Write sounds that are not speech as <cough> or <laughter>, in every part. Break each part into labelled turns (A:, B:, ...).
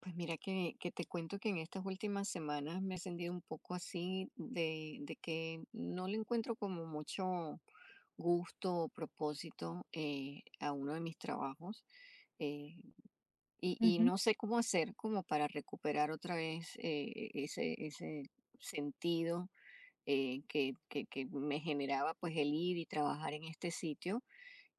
A: Pues mira que te cuento que en estas últimas semanas me he sentido un poco así de que no le encuentro como mucho gusto o propósito, a uno de mis trabajos eh, y
B: Mh-mh.
A: no sé cómo hacer como para recuperar otra vez ese sentido que me generaba pues el ir y trabajar en este sitio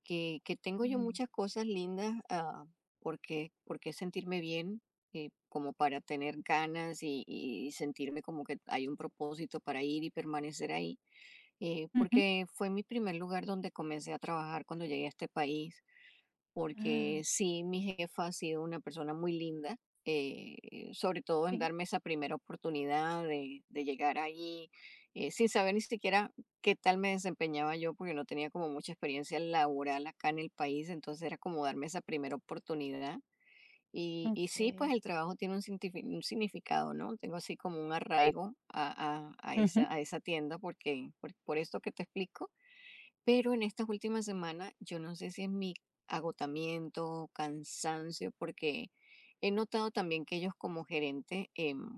A: , que tengo yo
B: Mh.
A: muchas cosas lindas, porque, porque sentirme bien, como para tener ganas y sentirme como que hay un propósito para ir y permanecer ahí,
B: Mh, mh.
A: porque fue mi primer lugar donde comencé a trabajar cuando llegué a este país, porque
B: Ah,
A: sí, mi jefa ha sido una persona muy linda, eh, sobre todo en
B: sí,
A: darme esa primera oportunidad de llegar allí, sin saber ni siquiera qué tal me desempeñaba yo, porque no tenía como mucha experiencia laboral acá en el país, entonces era como darme esa primera oportunidad. Y sí, pues
B: okay.
A: el trabajo tiene un significado, ¿no? Tengo así como un arraigo
B: Mh.
A: a esa tienda porque, por esto que te explico, pero en estas últimas semanas, yo no sé si es mi agotamiento, cansancio, porque he notado también que ellos como gerentes,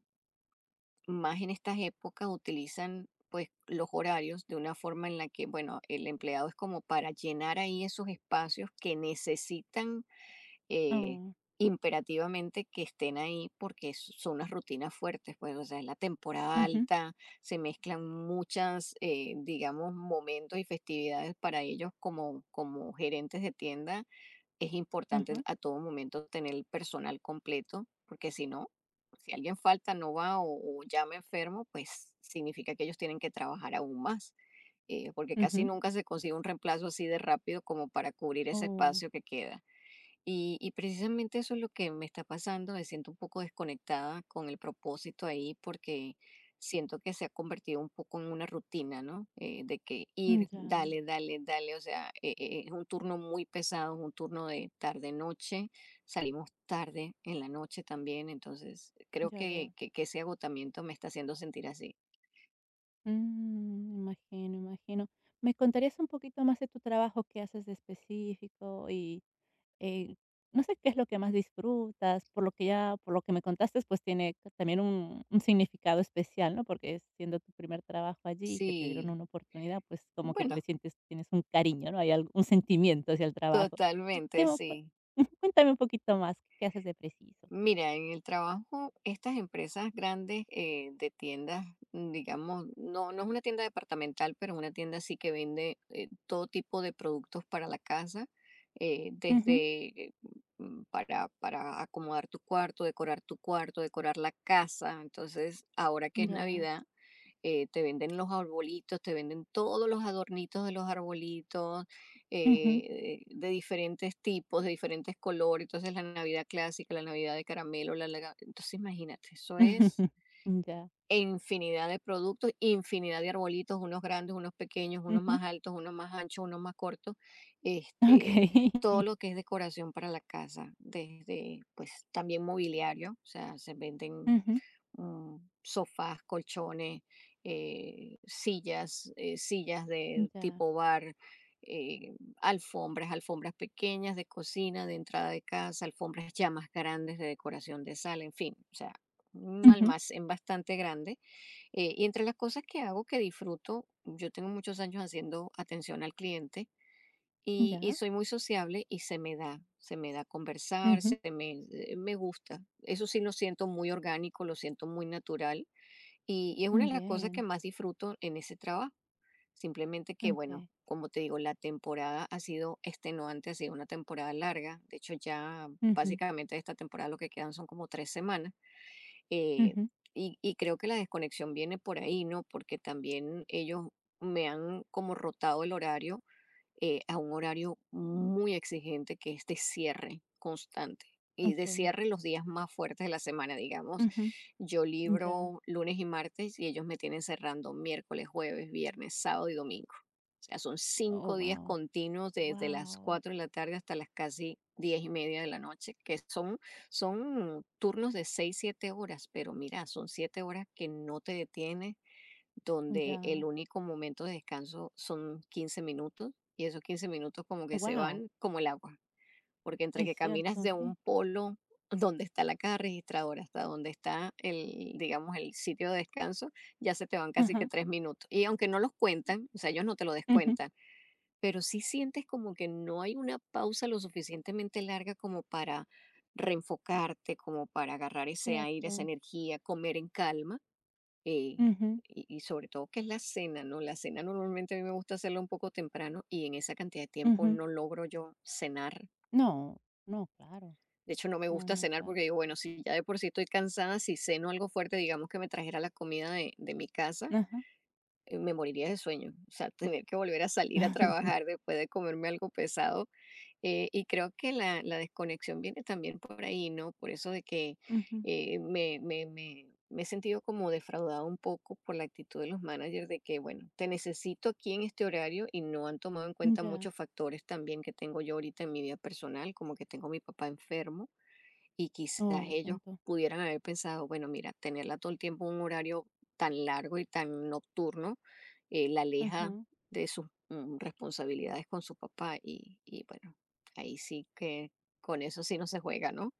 A: más en estas épocas, utilizan pues los horarios de una forma en la que, bueno, el empleado es como para llenar ahí esos espacios que necesitan eh,
B: Oh.
A: imperativamente que estén ahí porque son unas rutinas fuertes, pues, o sea, es la temporada
B: Mh-mh.
A: alta, se mezclan muchas, digamos, momentos y festividades para ellos como, como gerentes de tienda. Es importante
B: Ah.
A: a todo momento tener el personal completo, porque si no, si alguien falta, no va o llama enfermo, pues significa que ellos tienen que trabajar aún más porque casi nunca se consigue un reemplazo así de rápido como para cubrir ese
B: Oh.
A: espacio que queda. Y precisamente eso es lo que me está pasando, me siento un poco desconectada con el propósito ahí porque siento que se ha convertido un poco en una rutina, ¿no? De que
B: Mm,
A: ir,
B: ya,
A: dale, dale, dale, o sea, es un turno muy pesado, es un turno de tarde-noche, salimos tarde en la noche también, entonces creo
B: ya
A: que,
B: veo.
A: que, que ese agotamiento me está haciendo sentir así.
B: Mm, imagino, imagino. ¿Me contarías un poquito más de tu trabajo? ¿Qué haces de específico? Y Eh, no sé qué es lo que más disfrutas, por lo que me contaste, pues tiene c también un significado especial, ¿no? Porque siendo tu primer trabajo allí y que te dieron
A: Sí,
B: una oportunidad, pues como que
A: bueno,
B: le sientes tienes un cariño, ¿no? Hay algo un sentimiento hacia el trabajo.
A: totalmente,
B: ¿Qué mo cua
A: sí.
B: <laughs> cuéntame un poquito más, ¿qué haces de preciso?
A: Mira, en el trabajo, estas empresas grandes de tiendas, digamos, no, no es una tienda departamental, pero es una tienda sí que vende todo tipo de productos para la casa, eh,
B: Ujú,
A: desde eh, mm, para acomodar tu cuarto, decorar la casa. Entonces, ahora que es
B: ya.
A: Navidad, te venden los arbolitos, te venden todos los adornitos de los arbolitos,
B: Ujú.
A: de diferentes tipos, de diferentes colores. Entonces la Navidad clásica, la Navidad de caramelo, entonces imagínate, eso es
B: <laughs> Ya.
A: infinidad de productos, infinidad de arbolitos, unos grandes, unos pequeños, unos
B: Ujú.
A: más altos, unos más anchos, unos más cortos, este,
B: Okey.
A: todo
B: <laughs>
A: lo que es decoración para la casa, desde pues también mobiliario, o sea, se venden
B: Ujú.
A: mm, sofás, colchones, sillas, sillas de
B: Ya.
A: tipo bar, eh, alfombras, alfombras pequeñas de cocina, de entrada de casa, alfombras ya más grandes de decoración de sala, en fin, o sea, un
B: Ujú.
A: almacén bastante grande. Y entre las cosas que hago, que disfruto, yo tengo muchos años haciendo atención al cliente y
B: Ya.
A: soy muy sociable y se me da conversar,
B: Ujú.
A: me gusta. Eso sí lo siento muy orgánico, lo siento muy natural y es una de las cosas que
B: Bien.
A: más disfruto en ese trabajo. Simplemente que, bueno,
B: Okey.
A: como te digo, la temporada ha sido extenuante, ha sido una temporada larga. De hecho, ya
B: Ujú.
A: básicamente de esta temporada lo que quedan son como tres semanas. eh,
B: Ujú.
A: y creo que la desconexión viene por ahí, ¿no? Porque también ellos me han como rotado el horario, a un horario muy exigente que es de cierre constante. Y de
B: Okey.
A: cierre los días más fuertes de la semana, digamos.
B: Ujú,
A: Yo
B: ya.
A: libro lunes y martes y ellos me tienen cerrando miércoles, jueves, viernes, sábado y domingo. O sea, son
B: Oh,
A: cinco días
B: wow,
A: continuos desde las
B: wow,
A: 4 de la tarde hasta las casi 10 y media de la noche, que son, son turnos de 6 7 horas, pero mira, son 7 horas que no te detienes, donde el
B: ya.
A: único momento de descanso son 15 minutos y esos 15 minutos como que se
B: Wow,
A: van como el agua, porque entre
B: es
A: que caminas
B: cierto,
A: de un
B: sí.
A: polo donde está la caja registradora hasta donde está el, digamos, el sitio de descanso, ya se te van casi que
B: Ajá,
A: tres minutos. Y aunque no los cuentan, o sea, ellos no te lo
B: ujú,
A: descuentan, pero sí sientes como que no hay una pausa lo suficientemente larga como para reenfocarte, como para agarrar ese aire, esa
B: cierto.
A: energía, comer en calma eh,
B: Ujú,
A: y sobre todo que es la cena, ¿no? La cena normalmente a mí me gusta hacerla un poco temprano y en esa cantidad de tiempo
B: ujú.
A: no logro yo cenar.
B: No, no, claro.
A: De hecho, no me
B: No,
A: gusta
B: no,
A: cenar
B: claro.
A: porque digo, bueno, si ya de por sí estoy cansada, si ceno algo fuerte, digamos que me trajera la comida de mi casa,
B: Ajá.
A: me moriría de sueño. O sea, <laughs> tener que volver a salir a trabajar
B: <laughs>
A: después de comerme algo pesado, y creo que la desconexión viene también por ahí, ¿no? Por eso de que
B: Ujú,
A: me he sentido como defraudada un poco por la actitud de los managers de que, bueno, te necesito aquí en este horario y no han tomado en cuenta
B: ya.
A: muchos factores también que tengo yo ahorita en mi vida personal, como que tengo a mi papá enfermo y quizás
B: Oh, lo
A: ellos
B: siento.
A: pudieran haber pensado, bueno, mira, tenerla todo el tiempo en un horario tan largo y tan nocturno, la aleja
B: Ajá,
A: de sus responsabilidades con su papá. Y bueno, ahí sí que con eso sí no se juega, ¿no?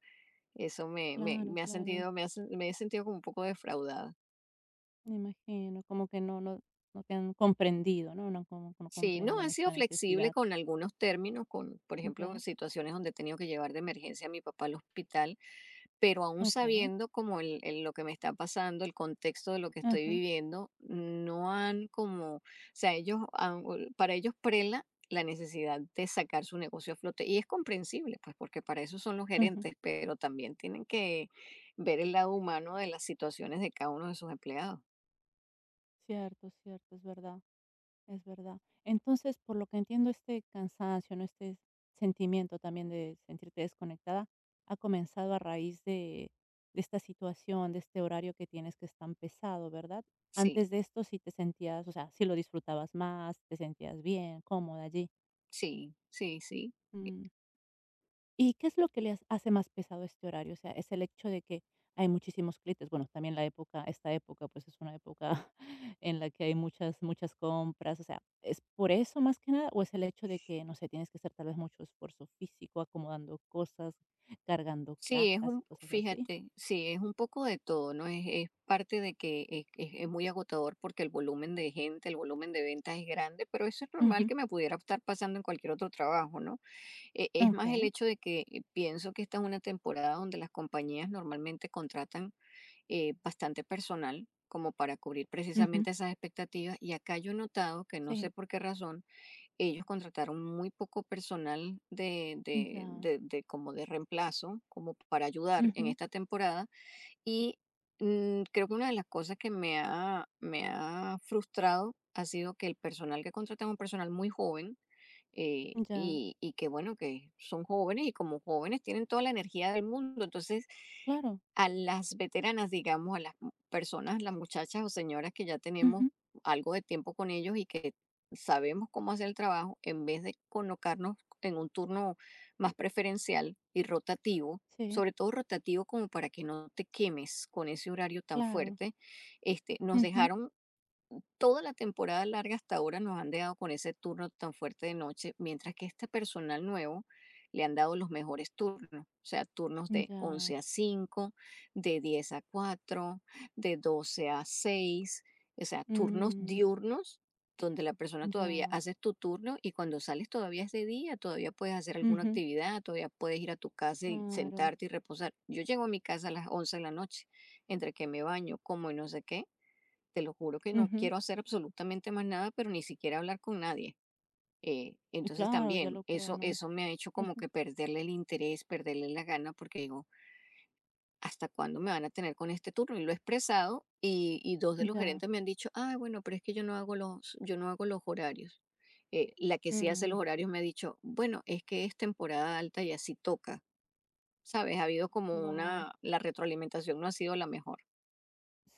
A: Eso me, me,
B: claro,
A: me ha
B: claro.
A: sentido, me, ha sen- me he sentido como un poco defraudada.
B: Me imagino, como que no te han comprendido, ¿no? No, como no
A: Sí, no,
B: comprenden
A: han sido
B: esta
A: flexibles
B: necesidad.
A: con algunos términos, con, por ejemplo, en
B: Ya,
A: situaciones donde he tenido que llevar de emergencia a mi papá al hospital, pero aún
B: okey.
A: sabiendo como lo que me está pasando, el contexto de lo que estoy
B: Ajá,
A: viviendo, no han como, o sea, ellos, para ellos prela la necesidad de sacar su negocio a flote. Y es comprensible, pues, porque para eso son los
B: ujú.
A: gerentes, pero también tienen que ver el lado humano de las situaciones de cada uno de sus empleados.
B: Cierto, cierto, es verdad. Es verdad. Entonces, por lo que entiendo, este cansancio, ¿no? Este sentimiento también de sentirte desconectada, ha comenzado a raíz de esta situación, de este horario que tienes que es tan pesado, ¿verdad?
A: Sí,
B: Antes de esto sí te sentías, o sea, sí lo disfrutabas más, te sentías bien, cómoda allí.
A: sí, sí, sí.
B: ¿Y qué es lo que les hace más pesado este horario? O sea, es el hecho de que hay muchísimos clientes. Bueno, también la época, esta época, pues es una época <laughs> en la que hay muchas, muchas compras. O sea, ¿es por eso más que nada? ¿O es el hecho de que, no sé, tienes que hacer tal vez mucho esfuerzo físico, acomodando cosas, cargando
A: Sí, es
B: cajas y cosas así?
A: fíjate, sí, es un poco de todo, ¿no? Es parte de que es muy agotador porque el volumen de gente, el volumen de ventas es grande, pero eso es normal
B: Ujú,
A: que me pudiera estar pasando en cualquier otro trabajo, ¿no? Es más el
B: Ok.
A: hecho de que pienso que esta es una temporada donde las compañías normalmente contratan bastante personal como para cubrir
B: Ujú,
A: precisamente esas expectativas y acá yo he notado que no
B: sí.
A: sé por qué razón ellos contrataron muy poco personal de de
B: Ya.
A: de de como de reemplazo, como para ayudar en
B: Ujú,
A: esta temporada, y, creo que una de las cosas que me ha frustrado ha sido que el personal que contratan es un personal muy joven, eh,
B: ya.
A: y, y que bueno, que son jóvenes y como jóvenes tienen toda la energía del mundo. Entonces,
B: Claro.
A: a las veteranas, digamos, a las personas, las muchachas o señoras que ya tenemos
B: Ujú,
A: algo de tiempo con ellos y que sabemos cómo hacer el trabajo, en vez de colocarnos en un turno más preferencial y rotativo,
B: sí.
A: sobre todo rotativo como para que no te quemes con ese horario tan
B: Claro.
A: fuerte, este, nos
B: Ujú,
A: dejaron. Toda la temporada larga hasta ahora nos han dejado con ese turno tan fuerte de noche, mientras que este personal nuevo le han dado los mejores turnos, o sea, turnos de
B: ya.
A: 11 a 5, de 10 a 4, de 12 a 6, o sea, turnos
B: Mm,
A: diurnos donde la persona todavía
B: ya.
A: haces tu turno y cuando sales todavía es de día, todavía puedes hacer alguna
B: Ujú.
A: actividad, todavía puedes ir a tu casa y
B: Claro,
A: sentarte y reposar. Yo llego a mi casa a las 11 de la noche, entre que me baño, como y no sé qué, te lo juro que no
B: ujú,
A: quiero hacer absolutamente más nada, pero ni siquiera hablar con nadie. Entonces
B: claro, ya
A: también
B: lo creo,
A: eso,
B: ¿no?
A: eso me ha hecho como
B: Ujú,
A: que perderle el interés, perderle la gana, porque digo, ¿hasta cuándo me van a tener con este turno? Y lo he expresado y dos de los
B: ya,
A: gerentes me han dicho, ah, bueno, pero es que yo no hago yo no hago los horarios. La que sí hace
B: mm,
A: los horarios me ha dicho, bueno, es que es temporada alta y así toca. ¿Sabes? Ha habido como
B: wow,
A: una, la retroalimentación no ha sido la mejor.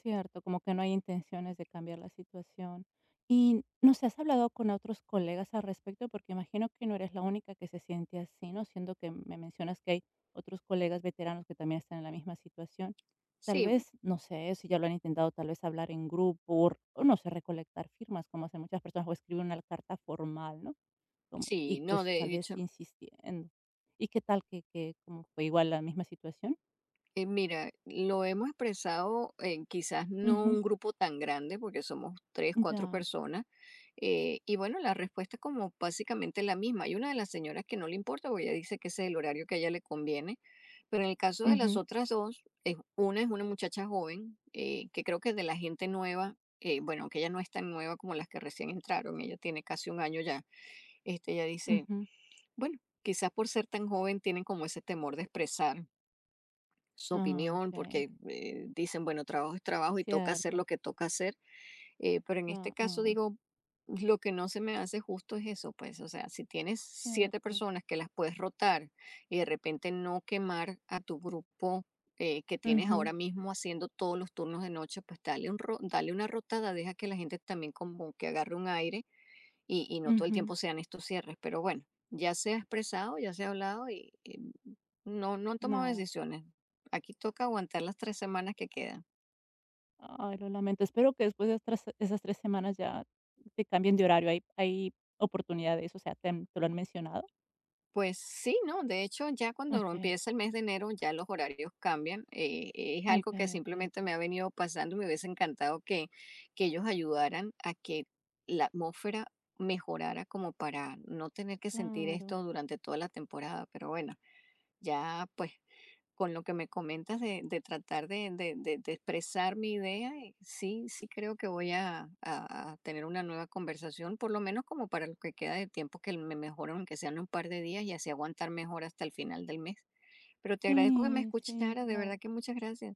B: cierto, como que no hay intenciones de cambiar la situación. Y no sé, ¿has hablado con otros colegas al respecto? Porque imagino que no eres la única que se siente así, ¿no? Siendo que me mencionas que hay otros colegas veteranos que también están en la misma situación. Tal
A: Sí,
B: vez, no sé, si ya lo han intentado, tal vez hablar en grupo o no sé, recolectar firmas, como hacen muchas personas, o escribir una carta formal, ¿no? como Y
A: sí, no,
B: pues tal
A: de
B: vez
A: hecho.
B: insistiendo. ¿Y qué tal que como fue igual la misma situación?
A: Mira, lo hemos expresado en quizás no
B: Ujú,
A: un grupo tan grande, porque somos tres, cuatro
B: ya,
A: personas, y bueno, la respuesta es como básicamente la misma. Hay una de las señoras que no le importa, porque ella dice que ese es el horario que a ella le conviene, pero en el caso de las
B: ujú,
A: otras dos, una es una muchacha joven, que creo que es de la gente nueva, bueno, aunque ella no es tan nueva como las que recién entraron, ella tiene casi un año ya, este, ella dice,
B: ujú.
A: bueno, quizás por ser tan joven tienen como ese temor de expresar su
B: Ah,
A: opinión,
B: okey,
A: porque dicen, bueno, trabajo es trabajo y toca hacer lo
B: cierto,
A: que toca hacer, pero en este
B: cla
A: caso
B: mm,
A: digo, lo que no se me hace justo es eso, pues, o sea, si tienes siete
B: cierto.
A: personas que las puedes rotar y de repente no quemar a tu grupo que tienes
B: Ujú,
A: ahora mismo haciendo todos los turnos de noche, pues dale, dale una rotada, deja que la gente también como que agarre un aire y no todo el
B: ujú,
A: tiempo sean estos cierres, pero bueno, ya se ha expresado, ya se ha hablado y, no, no han tomado
B: nada.
A: decisiones. Aquí toca aguantar las tres semanas que quedan.
B: Ay, lo lamento. Espero que después de tras esas 3 semanas ya te cambien de horario. ¿Hay oportunidades? O sea, ¿te lo han mencionado?
A: Pues sí, ¿no? De hecho, ya cuando
B: Okey,
A: empieza el mes de enero, ya los horarios cambian. Es algo que
B: okey, okey.
A: simplemente me ha venido pasando. Me hubiese encantado que ellos ayudaran a que la atmósfera mejorara como para no tener que sentir
B: Claro.
A: esto durante toda la temporada. Pero bueno, ya pues con lo que me comentas de tratar de expresar mi idea, sí, sí creo que voy a tener una nueva conversación, por lo menos como para lo que queda de tiempo, que me mejoren, aunque sean un par de días y así aguantar mejor hasta el final del mes. Pero te agradezco que me
B: Sí, sí,
A: escucharas, de
B: claro.
A: verdad que muchas gracias.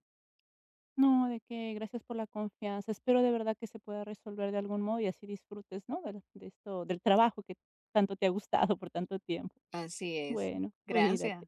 B: No, de qué, gracias por la confianza. Espero de verdad que se pueda resolver de algún modo y así disfrutes, ¿no? De esto, del trabajo que tanto te ha gustado por tanto tiempo.
A: Así es.
B: Bueno,
A: Gracias.
B: cuídate.